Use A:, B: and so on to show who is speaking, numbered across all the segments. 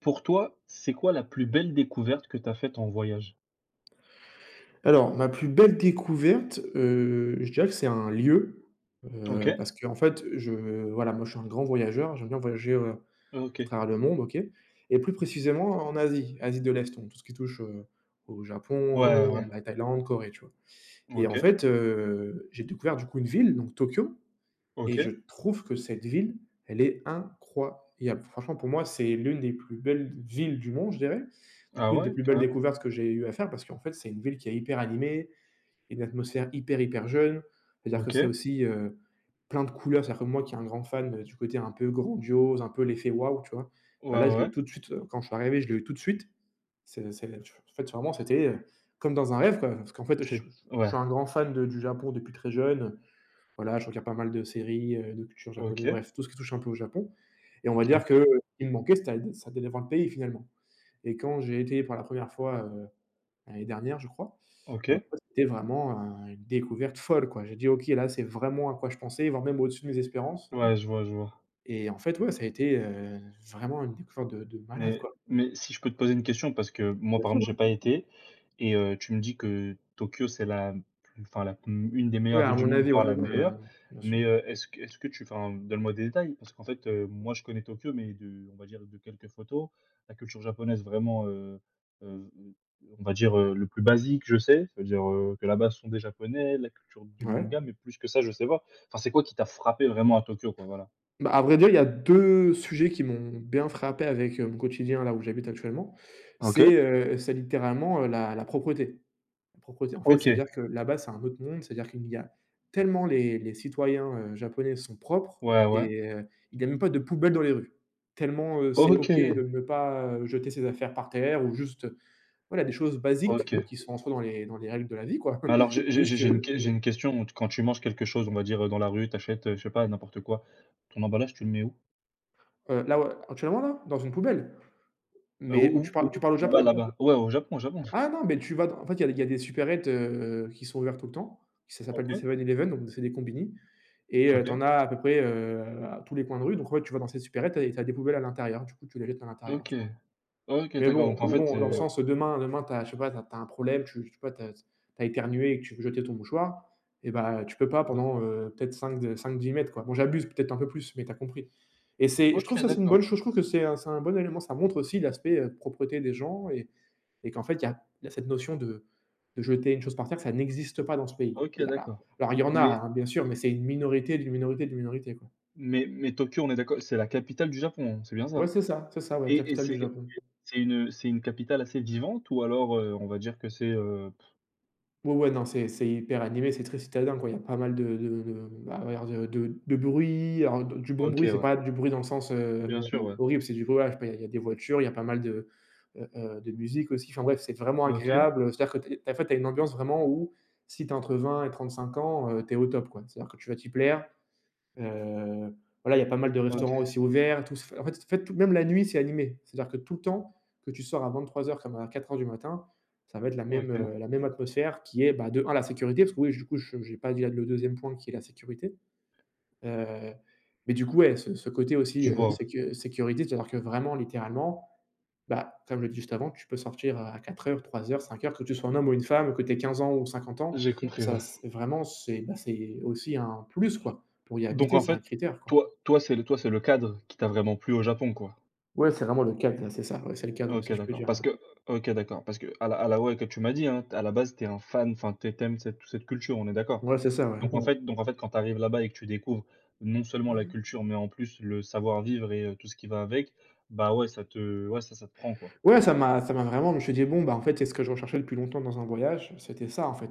A: Pour toi, c'est quoi la plus belle découverte que tu as faite en voyage?
B: Alors, ma plus belle découverte, je dirais que c'est un lieu,
A: OK,
B: parce que en fait, je voilà, moi, je suis un grand voyageur, j'aime bien voyager, à
A: OK.
B: travers le monde, OK, et plus précisément en Asie, Asie de l'Est, donc tout ce qui touche, au Japon,
A: Ouais,
B: à la
A: ouais.
B: la Thaïlande, Corée, tu vois? Et en
A: OK,
B: fait, j'ai découvert, du coup, une ville, donc Tokyo, et je
A: OK.
B: trouve que cette ville, elle est incroyable. Franchement, pour moi, c'est l'une des plus belles villes du monde, je dirais, donc
A: Ah
B: l'une des
A: ouais,
B: plus belles
A: carrément.
B: découvertes que j'ai eu à faire parce qu'en fait, c'est une ville qui est hyper animée, une atmosphère hyper, hyper jeune. C'est-à-dire que c'est
A: OK.
B: aussi, plein de couleurs. C'est-à-dire que moi qui est un grand fan, du côté un peu grandiose, un peu l'effet waouh, tu vois? Bah,
A: Ouais, ouais,
B: là, je l'ai eu
A: ouais.
B: tout de suite, quand je suis arrivé, je l'ai eu tout de suite. C'est en fait, vraiment, c'était, comme dans un rêve, quoi. Parce qu'en fait, je
A: C'est
B: je
A: ouais.
B: suis un grand fan de du Japon depuis très jeune. Voilà, je regarde pas mal de séries, de culture japonaise,
A: OK,
B: bref, tout ce qui touche un peu au Japon, et on va
A: OK,
B: dire
A: OK,
B: que, ce me manquait, c'était ça d'aller voir le pays, finalement, et quand j'ai été pour la première fois, l'année dernière, je crois. Et ben,
A: OK.
B: en fait, c'était vraiment, une découverte folle, quoi. J'ai dit: «OK, là, c'est vraiment à quoi je pensais, voire même au-dessus de mes espérances»,
A: Ouais, je vois, je vois.
B: et en fait, ouais, ça a été, vraiment une découverte de malade,
A: Mais
B: quoi.
A: mais si je peux te poser une question, parce que moi,
B: Bien
A: par
B: sûr,
A: exemple, j'ai
B: oui.
A: pas été et tu me dis que Tokyo, c'est la plus enfin la une des
B: Oui,
A: meilleures
B: à
A: villes du
B: mon
A: monde,
B: avis,
A: voire
B: ouais.
A: la
B: Ouais, ouais,
A: meilleure.
B: bien
A: Mais,
B: sûr.
A: est-ce que tu enfin, donne-moi des détails? Parce qu'en fait, moi, je connais Tokyo, mais de on va dire de quelques photos. La culture japonaise, vraiment, heu, on va dire, le plus basique, je sais. Cest à dire, que là-bas, ce sont des Japonais, la culture du
B: Ouais.
A: manga, mais plus que ça, je sais pas. Enfin, c'est quoi qui t'a frappé vraiment à Tokyo, quoi? Voilà.
B: Bah, à vrai dire, il y a 2 sujets qui m'ont bien frappé avec, mon quotidien, là où j'habite actuellement.
A: OK.
B: C'est littéralement, la propreté. Propreté, en fait,
A: OK.
B: c'est-à-dire que là-bas, c'est un autre monde, c'est-à-dire qu'il y a tellement les citoyens, japonais sont propres
A: Ouais, ouais.
B: et il n'y a même pas de poubelle dans les rues. Tellement, c'est
A: OK!
B: OK de ne pas, jeter ses affaires par terre ou juste, voilà, des choses basiques
A: OK.
B: qui sont en soi dans les règles de la vie, quoi.
A: Alors
B: C'est juste que,
A: j'ai une question. Quand tu manges quelque chose, on va dire, dans la rue, t'achètes achètes, je sais pas, n'importe quoi, ton emballage, tu le mets où?
B: là, ouais, actuellement, là, dans une poubelle,
A: Heu,
B: mais où tu
A: où où
B: parles tu parles au
A: où là-bas
B: Japon?
A: là-bas? Ouais, au Japon, au Japon.
B: Ah non, mais tu vas dans en fait, il y a des supérettes, qui sont ouvertes tout le temps, ça s'appelle des
A: OK,
B: Seven Eleven, donc c'est des combini. Et tu
A: OK,
B: en as à peu près, à tous les coins de rue. Donc en fait, tu vas dans cette supérette et tu as des poubelles à l'intérieur. Du coup, tu les jettes à l'intérieur, tu
A: OK,
B: vois?
A: OK,
B: Mais
A: d'accord. Donc
B: bon
A: en
B: mais
A: fait,
B: bon, dans le sens, demain, tu as je sais pas, t'as un problème, tu je sais pas, t'as éternué et que tu veux jeter ton mouchoir, et bah, tu peux pas pendant, peut-être 5 de 5 mètres, quoi. Bon, j'abuse peut-être un peu plus, mais tu as compris. Et c'est je trouve
A: OK,
B: ça, c'est une
A: d'accord,
B: bonne chose. Je trouve que c'est un bon élément. Ça montre aussi l'aspect, propreté des gens, et qu'en fait, il y a cette notion de jeter une chose par terre, ça n'existe pas dans ce pays.
A: OK,
B: Alors
A: d'accord.
B: alors, il y en a,
A: Mais
B: hein, bien sûr, mais c'est une minorité d'une minorité d'une minorité, quoi.
A: mais Tokyo, on est d'accord, c'est la capitale du Japon, hein, c'est bien ça,
B: Ouais,
A: hein?
B: c'est ça, ouais,
A: Et
B: capitale du
A: c'est
B: Japon.
A: c'est une, c'est une capitale assez vivante ou alors, on va dire que c'est,
B: Ouais, ouais, non, c'est hyper animé, c'est très citadin, quoi. Il y a pas mal de bah, on va dire de bruit, alors d du bon
A: OK,
B: bruit, c'est
A: ouais,
B: pas du bruit dans le sens,
A: bien sûr, ouais.
B: horrible, c'est du bruit, ouais, je sais pas, il y a des voitures, il y a pas mal de musique aussi. Enfin bref, c'est vraiment
A: OK,
B: agréable, c'est-à-dire que tu en fait, tu as une ambiance vraiment où si tu as entre 20 et 35 ans, tu es au top, quoi. C'est-à-dire que tu vas t'y plaire. Heu, voilà, il y a pas mal de
A: OK,
B: restaurants aussi ouverts et tout. C'est f en fait, tout même la nuit, c'est animé. C'est-à-dire que tout le temps, que tu sors à 23 heures comme à 4 heures du matin, ça va être
A: OK,
B: la même atmosphère qui est, bah, de un la sécurité, parce que oui, du coup, je j'ai pas dit la le deuxième point qui est la sécurité. Heu, mais du coup, ouais, ce côté aussi,
A: je vois, ouais.
B: sécurité, c'est-à-dire que vraiment littéralement, bah, comme je l'ai dit juste avant, tu peux sortir à 4 heures 3 heures 3:00, heures que tu sois un homme ou une femme, que tu aies 15 ans ou 50 ans.
A: J'ai compris,
B: Ça,
A: ouais.
B: c'est vraiment, c'est, bah, c'est aussi un plus, quoi. Pour y
A: Donc
B: habiter,
A: en
B: c'est un
A: fait,
B: critère, quoi.
A: toi, c'est le cadre qui t'a vraiment plu au Japon, quoi?
B: Ouais, c'est vraiment le cadre, c'est ça, ouais, c'est le cadre,
A: OK,
B: si je peux
A: d'accord.
B: dire, ouais.
A: Parce que OK, d'accord, parce que, à la ouais, que tu m'as dit, hein, à la base, t'es un fan, enfin, tu tu cette toute cette culture, on est d'accord?
B: Ouais, c'est ça, ouais.
A: Donc en fait, quand t'arrives là-bas et que tu découvres non seulement la
B: Mhm.
A: culture, mais en plus le savoir-vivre et tout ce qui va avec, bah, ouais, ça te ouais, ça te prend, quoi.
B: Ouais, ça m'a vraiment, je me suis dit: «Bon, bah, en fait, c'est ce que je recherchais depuis longtemps dans un voyage, c'était ça, en fait»,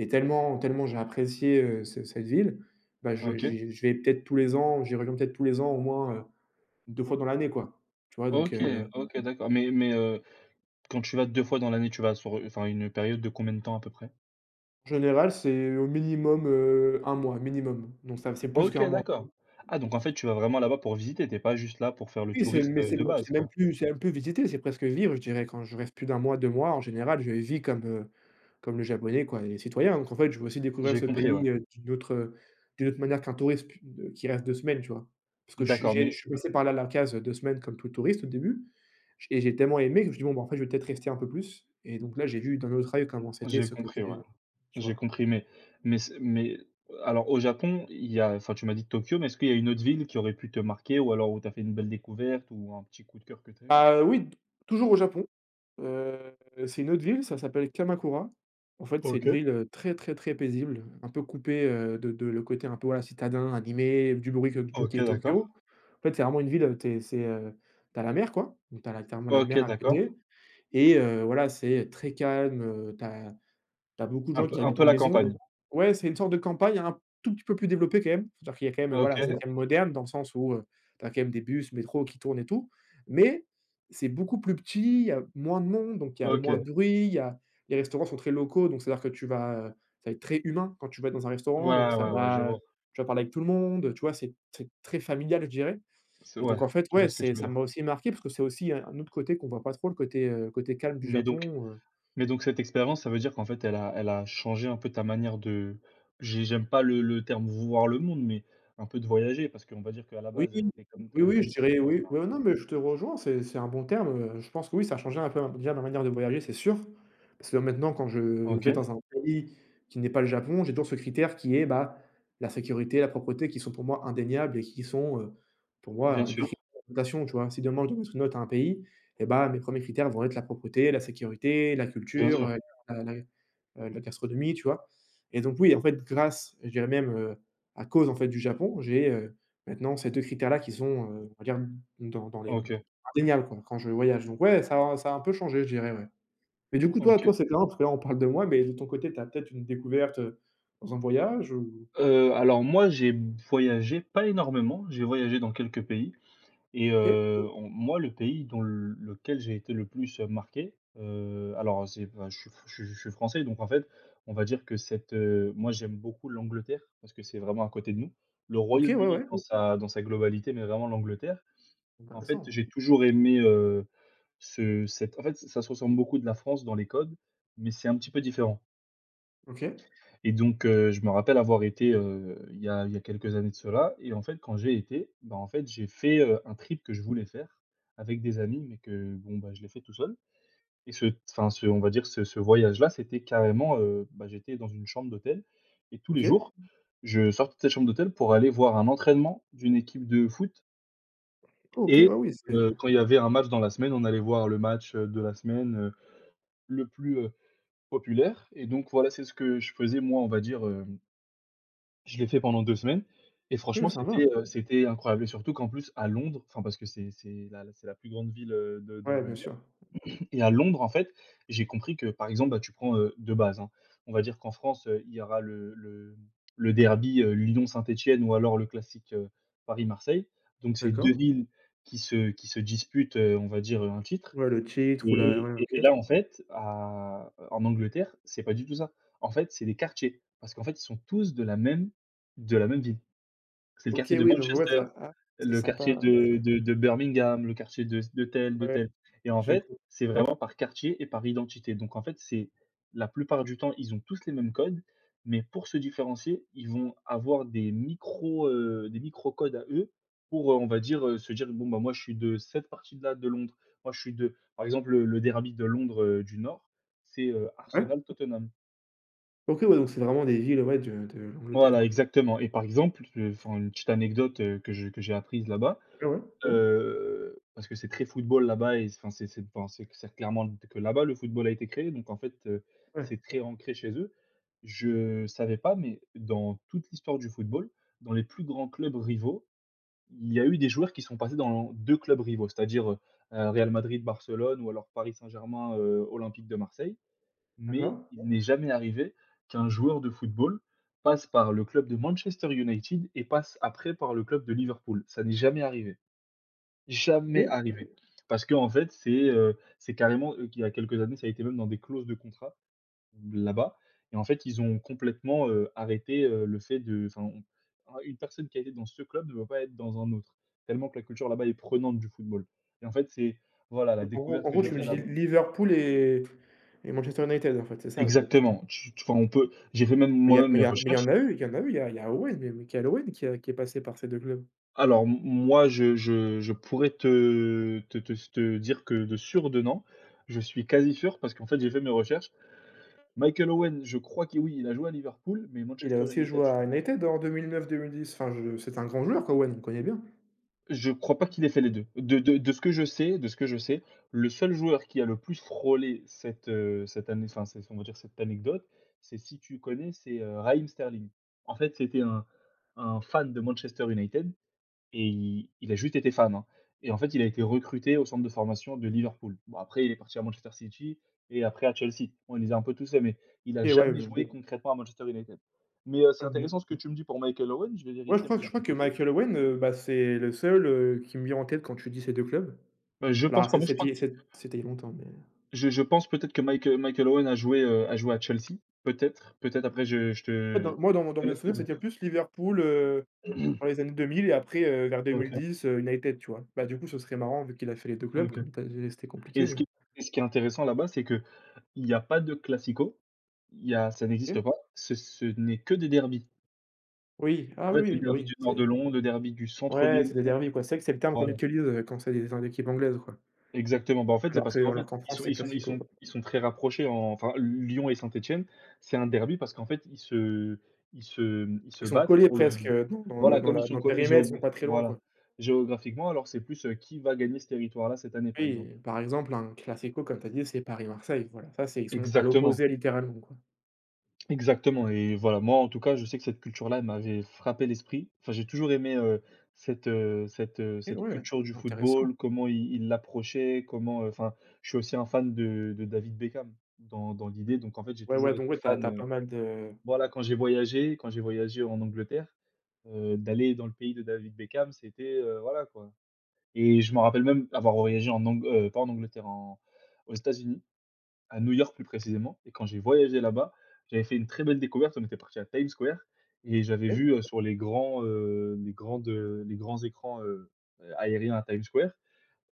B: et tellement tellement j'ai apprécié, ce cette ville, bah, je
A: OK, Mmh.
B: j'y je vais peut-être tous les ans, j'y reviens peut-être tous les ans au moins, 2 fois dans l'année, quoi. Tu vois? Donc
A: OK, OK, d'accord. Mais quand tu vas 2 fois dans l'année, tu vas sur, enfin, une période de combien de temps à peu près?
B: en général, c'est au minimum, 1 mois, minimum. Donc ça, c'est plus
A: OK,
B: qu'un mois.
A: d'accord. Ah donc en fait, tu vas vraiment là-bas pour visiter, t'es pas juste là pour faire le
B: Oui,
A: touriste,
B: c'est,
A: de
B: c'est
A: base,
B: même
A: quoi.
B: plus c'est même plus visiter, c'est presque vivre, je dirais. Quand je reste plus d'un mois, 2 mois, en général, je vis comme, comme le japonais, quoi, et les citoyens. Donc en fait, je veux aussi découvrir
A: J'ai
B: ce
A: compris, ouais.
B: pays, d'une autre manière qu'un touriste pu de qui reste 2 semaines, tu vois? Parce que
A: D'accord,
B: je
A: mais
B: suis passé par là la case, 2 semaines comme tout touriste au début. J Et j'ai tellement aimé que je me suis dit: «Bon, bah, en fait, je vais peut-être rester un peu plus», et donc là, j'ai vu d'un autre œil comment c'était
A: j'ai
B: ce
A: compris,
B: côté,
A: ouais.
B: tu
A: J'ai
B: vois?
A: compris, mais alors au Japon, il y a enfin tu m'as dit Tokyo, mais est-ce qu'il y a une autre ville qui aurait pu te marquer ou alors où t'as fait une belle découverte ou un petit coup de cœur que t'as eu?
B: Bah, oui, t toujours au Japon. Heu, c'est une autre ville, ça s'appelle Kamakura. En fait, c'est une
A: OK.
B: ville, très, très, très paisible, un peu coupée, de le côté un peu, voilà, citadin, animé, du bruit que du qui
A: OK,
B: est
A: d'accord.
B: Tokyo. En fait, c'est vraiment une ville, tu es c'est, tu as la mer, quoi, donc tu as littéralement la
A: OK,
B: mer à
A: d'accord.
B: côté, et voilà, c'est très calme, tu as beaucoup de gens qui
A: Un
B: habitent
A: peu
B: en
A: la
B: maison.
A: campagne.
B: Ouais, c'est une sorte de campagne un tout petit peu plus développée quand même. C'est-à-dire qu'il y a quand même,
A: OK,
B: voilà, c'est quand même moderne dans le sens où, tu as quand même des bus, métro qui tournent et tout. Mais c'est beaucoup plus petit, il y a moins de monde, donc il y a moins
A: OK.
B: de bruit, il y a les restaurants sont très locaux, donc c'est-à-dire que tu vas, ça va être très humain quand tu vas dans un restaurant, donc
A: Ouais,
B: ça
A: ouais, ouais, je
B: va,
A: vois.
B: tu vas parler avec tout le monde, tu vois? C'est très familial, je dirais,
A: C'est
B: et donc
A: ouais,
B: en fait,
A: je
B: ouais,
A: vois ce que tu
B: c'est
A: veux
B: ça
A: dire.
B: m'a aussi marqué parce que c'est aussi un autre côté qu'on voit pas trop, le côté, côté calme du
A: Mais donc
B: Japon.
A: Mais donc cette expérience, ça veut dire qu'en fait, elle a changé un peu ta manière de j'aime pas le terme «voir le monde», mais un peu de voyager parce qu'on va dire qu'à la
B: Oui,
A: base, comme
B: oui,
A: comme
B: oui,
A: t'as
B: je
A: dit,
B: dirais
A: tu
B: oui.
A: préfères.
B: Ouais, non, mais je te rejoins, c'est un bon terme, je pense que oui, ça a changé un peu, déjà ma manière de voyager, c'est sûr. Parce que maintenant quand je vais
A: OK,
B: dans un pays qui n'est pas le Japon, j'ai toujours ce critère qui est, bah, la sécurité, la propreté qui sont pour moi indéniables et qui sont, pour moi,
A: bien
B: des
A: sûr,
B: critères de notation, tu vois? Si demain je dois mettre une note à un pays, et bah, mes premiers critères vont être la propreté, la sécurité, la
A: bien
B: culture,
A: sûr.
B: la la, heu, la gastronomie, tu vois? Et donc oui, en fait, grâce, je dirais même, à cause, en fait, du Japon, maintenant, ces 2 critères-là qui sont, on va dire, dans les
A: OK,
B: indéniables, quoi, quand je voyage, donc ouais, ça a un peu changé, je dirais, ouais. Mais du coup, toi
A: OK.
B: toi, c'est marrant parce que là, on parle de moi, mais de ton côté, tu as peut-être une découverte, dans un voyage ou...
A: Alors moi, j'ai voyagé pas énormément, j'ai voyagé dans quelques pays. Et
B: OK.
A: on moi, le pays dans l lequel j'ai été le plus, marqué, alors c'est bah, je suis français, donc en fait, on va dire que cette, moi, j'aime beaucoup l'Angleterre parce que c'est vraiment à côté de nous. Le
B: OK, ouais,
A: Royaume-Uni
B: ouais,
A: dans sa globalité, mais vraiment l'Angleterre. En fait,
B: intéressant.
A: j'ai toujours aimé, ce cette en fait, ça se ressemble beaucoup de la France dans les codes, mais c'est un petit peu différent.
B: OK,
A: Et donc, je me rappelle avoir été, il y a quelques années de cela et en fait, quand j'ai été, bah, en fait, j'ai fait, un trip que je voulais faire avec des amis, mais que bon, bah, je l'ai fait tout seul et ce enfin, ce on va dire ce voyage-là, c'était carrément, bah, j'étais dans une chambre d'hôtel et tous les
B: OK,
A: jours, je sortais de cette chambre d'hôtel pour aller voir un entraînement d'une équipe de foot
B: OK,
A: et
B: ouais, oui, c'est
A: quand il y avait un match dans la semaine, on allait voir le match, de la semaine, le plus, populaire et donc voilà, c'est ce que je faisais moi, on va dire. Je l'ai fait pendant 2 semaines et
B: OK,
A: franchement,
B: ça va.
A: c'était, c'était incroyable et surtout qu'en plus à Londres, enfin parce que c'est la plus grande ville, de
B: Ouais, bien
A: d'Angleterre
B: sûr.
A: et à Londres, en fait, j'ai compris que, par exemple, bah, tu prends, de base, hein, on va dire qu'en France, il y aura le derby, Lyon-Saint-Étienne ou alors le classique, Paris-Marseille. Donc c'est 2
B: D'accord.
A: villes qui se disputent, on va dire, un titre.
B: Ouais, le titre ou la
A: Et
B: ouais,
A: et et
B: OK.
A: là, en fait, à en Angleterre, c'est pas du tout ça. En fait, c'est des quartiers, parce qu'en fait, ils sont tous de la même ville. C'est le
B: OK,
A: quartier de
B: oui, donc ouais,
A: Manchester,
B: ça ah, c'est
A: le
B: sympa,
A: quartier
B: ouais,
A: de
B: OK.
A: de de Birmingham, le quartier de de tel, de
B: Ouais,
A: tel et en
B: j'ai
A: fait,
B: co
A: c'est vraiment par quartier et par identité donc en fait, c'est la plupart du temps, ils ont tous les mêmes codes, mais pour se différencier, ils vont avoir des micro codes à eux pour, on va dire, se dire: «Bon, bah, moi, je suis de cette partie-là de Londres. Moi, je suis de» par exemple, le derby de Londres, du Nord, c'est,
B: ouais.
A: Arsenal Tottenham.
B: OK, ouais, donc c'est vraiment des villes, ouais, de l'Angleterre,
A: Voilà,
B: quoi.
A: exactement et par exemple, enfin, une petite anecdote, que j'ai apprise là-bas,
B: Ouais, ouais.
A: Parce que c'est très football là-bas et enfin c'est enfin c'est clairement que là-bas le football a été créé donc en fait,
B: Ouais,
A: c'est très ancré chez eux. Je savais pas mais dans toute l'histoire du football, dans les plus grands clubs rivaux, il y a eu des joueurs qui sont passés dans 2 clubs rivaux, c'est-à-dire, Real Madrid, Barcelone ou alors Paris Saint-Germain, Olympique de Marseille. Mais
B: d'accord.
A: il n'est jamais arrivé qu'un joueur de football passe par le club de Manchester United et passe après par le club de Liverpool. Ça n'est jamais arrivé. Jamais
B: OK.
A: arrivé. Parce que en fait, c'est carrément, qu'il y a quelques années, ça a été même dans des clauses de contrat, là-bas et en fait, ils ont complètement, arrêté, le fait de enfin, on un une personne qui a été dans ce club ne doit pas être dans un autre, tellement que la culture là-bas est prenante du football et en fait, c'est voilà, la
B: En gros
A: découverte
B: en
A: que
B: gros,
A: j'ai
B: tu me
A: faite
B: dis
A: là-bas.
B: Liverpool et Manchester United, en fait, c'est ça?
A: Exactement. Tu tu enfin, on peut j'ai fait même
B: Mais il y a
A: moi-même
B: mais il
A: mes
B: y a mais il y
A: recherches.
B: en a eu, il y en a eu, il y a Owen, mais Michael Owen qui est passé par ces deux clubs.
A: Alors m moi, je pourrais te dire que de sûr de non. Je suis quasi sûr parce qu'en fait, j'ai fait mes recherches. Michael Owen, je crois que oui, il a joué à Liverpool, mais
B: Il a
A: Manchester
B: aussi
A: United,
B: joué à United en 2009, 2010. Enfin je C'est un grand joueur, quoi, Owen, on le connaît bien.
A: je crois pas qu'il ait fait les 2. De ce que je sais de ce que je sais, le seul joueur qui a le plus frôlé cette, cette année, enfin, c'est on va dire cette anecdote, c'est, si tu connais, Raheem Sterling. En fait, c'était un fan de Manchester United. Et il a juste été fan, hein, et en fait, il a été recruté au centre de formation de Liverpool. Bon après, il est parti à Manchester City et après à Chelsea. On les a un peu tous aimés. Il a
B: Et ouais,
A: jamais
B: mais
A: joué, oui, concrètement à Manchester United. Mais, c'est
B: OK.
A: intéressant ce que tu me dis pour Michael Owen, je vais
B: Ouais, je
A: vérifier
B: crois que
A: moi
B: je
A: de
B: crois
A: mon
B: que
A: côté.
B: Michael Owen, bah, c'est le seul, qui me vient en tête quand tu dis ces 2 clubs.
A: Je
B: Alors ah,
A: pense pas,
B: c'est
A: moi je crois
B: c'était
A: que
B: c'est c'était il y a longtemps, mais
A: je pense peut-être que Michael Owen a joué, a joué à Chelsea, peut-être, peut-être après je je te je
B: moi dans mon dans
A: te
B: mes
A: laisse le
B: souvenirs,
A: doute.
B: c'était plus Liverpool, dans les années 2000 et après, vers
A: OK,
B: 2010, United, tu vois? Bah, du coup, ce serait marrant vu qu'il a fait les 2 clubs,
A: OK
B: comme tu as dit, c'était
A: et
B: compliqué,
A: ce
B: mais
A: qui et ce qui est intéressant là-bas, c'est que il n'y a pas de classico, il y a ça
B: OK.
A: n'existe pas, ce n'est que des derbys.
B: Oui, ah
A: En
B: oui,
A: fait,
B: oui,
A: le
B: oui, bah,
A: derby
B: oui,
A: du nord
B: c'est
A: de Londres, le derby du centre de
B: ouais, c'est des
A: Londres,
B: derbies, quoi. C'est vrai que c'est le terme qu'on
A: voilà,
B: utilise, quand c'est des équipes anglaises, quoi.
A: exactement. Bah, en fait, c'est
B: Alors
A: parce
B: que
A: qu'en
B: alors
A: fait,
B: qu'en
A: ils
B: France,
A: sont
B: c'est
A: ils sont ils
B: classico,
A: sont
B: quoi.
A: ils sont très rapprochés en enfin, Lyon et Saint-Étienne, c'est un derby parce qu'en fait, ils se
B: Ils sont
A: battent
B: collés
A: pour le
B: presque, dans dans le
A: voilà,
B: dans
A: comme ils
B: la
A: sont
B: dans le
A: collés
B: périmètre, ils sont
A: géog
B: pas très loin,
A: voilà,
B: quoi.
A: géographiquement, alors c'est plus, qui va gagner ce territoire-là cette année, par
B: Oui,
A: exemple.
B: par exemple, un classico, comme tu as dit, c'est Paris-Marseille, voilà, ça c'est ils sont à
A: Exactement.
B: l'opposé littéralement, quoi.
A: Exactement et voilà, moi, en tout cas, je sais que cette culture-là, elle m'avait frappé l'esprit. Enfin, j'ai toujours aimé, cette, heu, cette, heu,
B: OK,
A: cette
B: ouais,
A: culture du
B: intéressant.
A: football, comment ils l'approchaient, comment, enfin, je suis aussi un fan de David Beckham dans l'idée, donc en fait, j'ai
B: Ouais, ouais,
A: toujours été.
B: donc ouais, tu
A: Ah,
B: as tu
A: fan,
B: as pas mal de
A: voilà, quand j'ai voyagé en Angleterre, d'aller dans le pays de David Beckham, c'était, voilà, quoi. Et je me rappelle même avoir voyagé en Ang pas en Angleterre, en aux États-Unis, à New York plus précisément, et quand j'ai voyagé là-bas, j'avais fait une très belle découverte. On était parti à Times Square et j'avais
B: OK,
A: vu, sur les grands écrans, aériens à Times Square,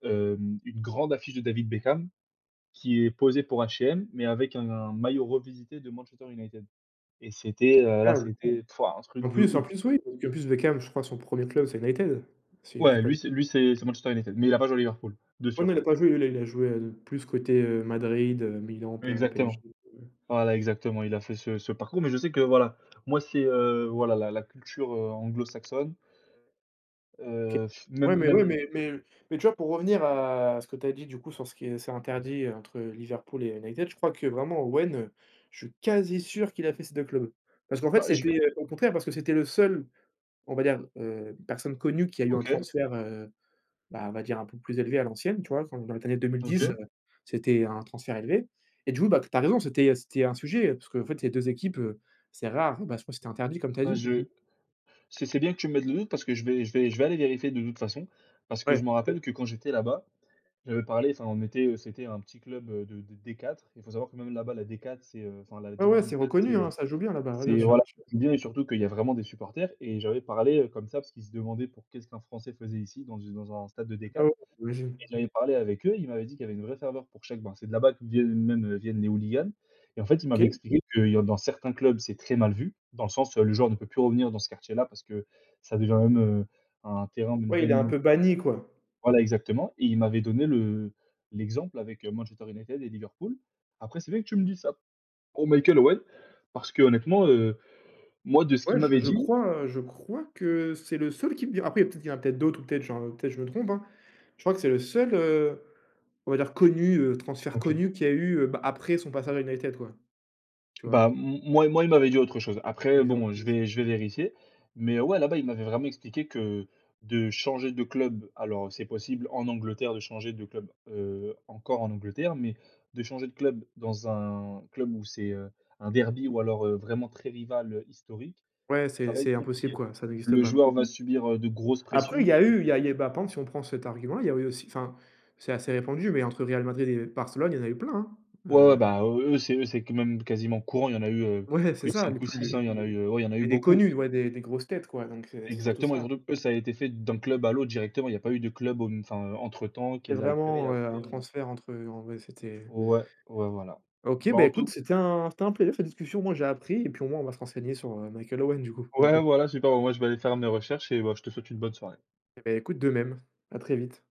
A: une grande affiche de David Beckham qui est posée pour H&M, mais avec un maillot revisité de Manchester United, et c'était, là,
B: incroyable.
A: c'était pouah, un
B: En
A: truc de
B: plus en
A: ouf.
B: plus, oui, parce qu'en plus Beckham, je crois son premier club, c'est United, si je dis
A: Ouais,
B: pas de
A: lui, c'est lui, c'est Manchester United, mais il a pas joué à Liverpool, de
B: oh non,
A: sûr.
B: il a pas joué, lui, là, il a joué, plus côté, Madrid, Milan, P PSG,
A: Exactement.
B: heu,
A: Voilà, exactement, il a fait ce parcours, mais je sais que voilà, moi c'est, voilà la culture, anglo-saxonne,
B: OK.
A: f
B: Ouais,
A: même
B: mais
A: même
B: ouais,
A: on,
B: mais mais mais tu vois, pour revenir à ce que tu as dit, du coup, sur ce qui est c'est interdit entre Liverpool et United, je crois que vraiment Owen, je suis quasi sûr qu'il a fait ces 2 clubs. Parce qu'en fait,
A: bah, je vais.
B: c'était, au contraire, parce que c'était le seul, on va dire, personne connue qui a eu un
A: OK,
B: transfert, Bah, on va dire un peu plus élevé à l'ancienne, tu vois? Quand dans les années 2010,
A: OK.
B: c'était un transfert élevé et du coup, bah, tu as raison, c'était, c'était un sujet, parce qu'en fait, ces 2 équipes, c'est rare, bah, je crois que c'était interdit comme tu as
A: Bah,
B: dit.
A: je c'est bien que tu me mettes le doute parce que je vais aller vérifier de toute façon, parce que je
B: Ouais,
A: me rappelle que quand j'étais là-bas, j'avais parlé, enfin on était, c'était un petit club, de D4. Il faut savoir que même là-bas la D4 c'est, enfin la
B: ouais, ouais,
A: division
B: c'est
A: 4
B: reconnu, hein, ça joue bien là-bas, ouais, bien
A: c'est
B: sûr,
A: voilà,
B: bien sûr.
A: c'est bien, et surtout qu'il y a vraiment des supporters, et j'avais parlé, comme ça parce qu'ils se demandaient pour qu'est-ce qu'un Français faisait ici dans un stade de
B: Ah
A: D4.
B: ouais, j'imagine.
A: J'avais parlé avec eux, ils m'avaient dit qu'il y avait une vraie ferveur pour chaque, ben, c'est de là-bas que viennent les hooligans, et en fait, ils m'avaient
B: OK.
A: expliqué que y dans certains clubs, c'est très mal vu, dans le sens, le joueur ne peut plus revenir dans ce quartier-là parce que ça devient même, un terrain même
B: Ouais, il est un
A: d'animaux.
B: peu banni, quoi.
A: Voilà exactement, et ils m'avaient donné le l'exemple avec, Manchester United et Liverpool. Après, c'est bien que tu me dises ça pour Michael Owen parce qu'honnêtement, moi de ce qu'il
B: Ouais,
A: m'avait dit.
B: je crois que c'est le seul qui me vient. Après, il y a peut-être qu'il y en a peut-être d'autres ou peut-être j'en peut-être je me trompe, hein. Je crois que c'est le seul, on va dire connu, transfert
A: OK.
B: connu qu'il y a eu, bah, après son passage à United, quoi, tu vois?
A: Bah, m moi moi, il m'avait dit autre chose. Après,
B: Oliver
A: bon, je
B: Rouge.
A: vais je vais vérifier. Mais ouais, là-bas, il m'avait vraiment expliqué que de changer de club, alors c'est possible en Angleterre de changer de club, encore en Angleterre, mais de changer de club dans un club où c'est, un derby ou alors, vraiment très rival, historique,
B: Ouais,
A: ça
B: c'est
A: va être
B: c'est impossible,
A: compliqué.
B: quoi, ça n'existe
A: Le
B: pas, quoi.
A: joueur va subir, de grosses
B: Après, il
A: pressions
B: y a
A: et.
B: eu il y a bah, par exemple, si on prend cet argument-là, il y a eu aussi enfin, c'est assez répandu, mais entre Real Madrid et Barcelone, il y en a eu plein, hein.
A: Ouais, ouais.
B: Heu,
A: Bah, eux eux, c'est quand même quasiment courant. Il y en a eu,
B: ouais, c'est
A: plus de
B: ça, les
A: 5 ou
B: plus
A: 6
B: les-
A: hein, il y en a eu, ouais, il y en a eu
B: et des
A: beaucoup.
B: connus, ouais, des grosses têtes, quoi, donc c'est surtout
A: Exactement, et
B: ça.
A: surtout que eux, ça a été fait d'un club à l'autre directement. Il y a pas eu de club au enfin, entre-temps qui
B: C'est
A: les a récupérés et
B: vraiment, un
A: après on. OK.
B: transfert entre en vrai, c'était
A: Ouais, ouais, voilà.
B: OK,
A: Bah,
B: bah,
A: en. OK.
B: écoute,
A: Tout,
B: c'était un plaisir cette discussion. Moi, j'ai appris et puis au moins, on va se renseigner sur, Michael Owen, du coup.
A: ouais, voilà, super. Bah, moi, je vais aller faire mes recherches et bah, je te souhaite une bonne soirée.
B: Et beh, écoute, de même. À très vite.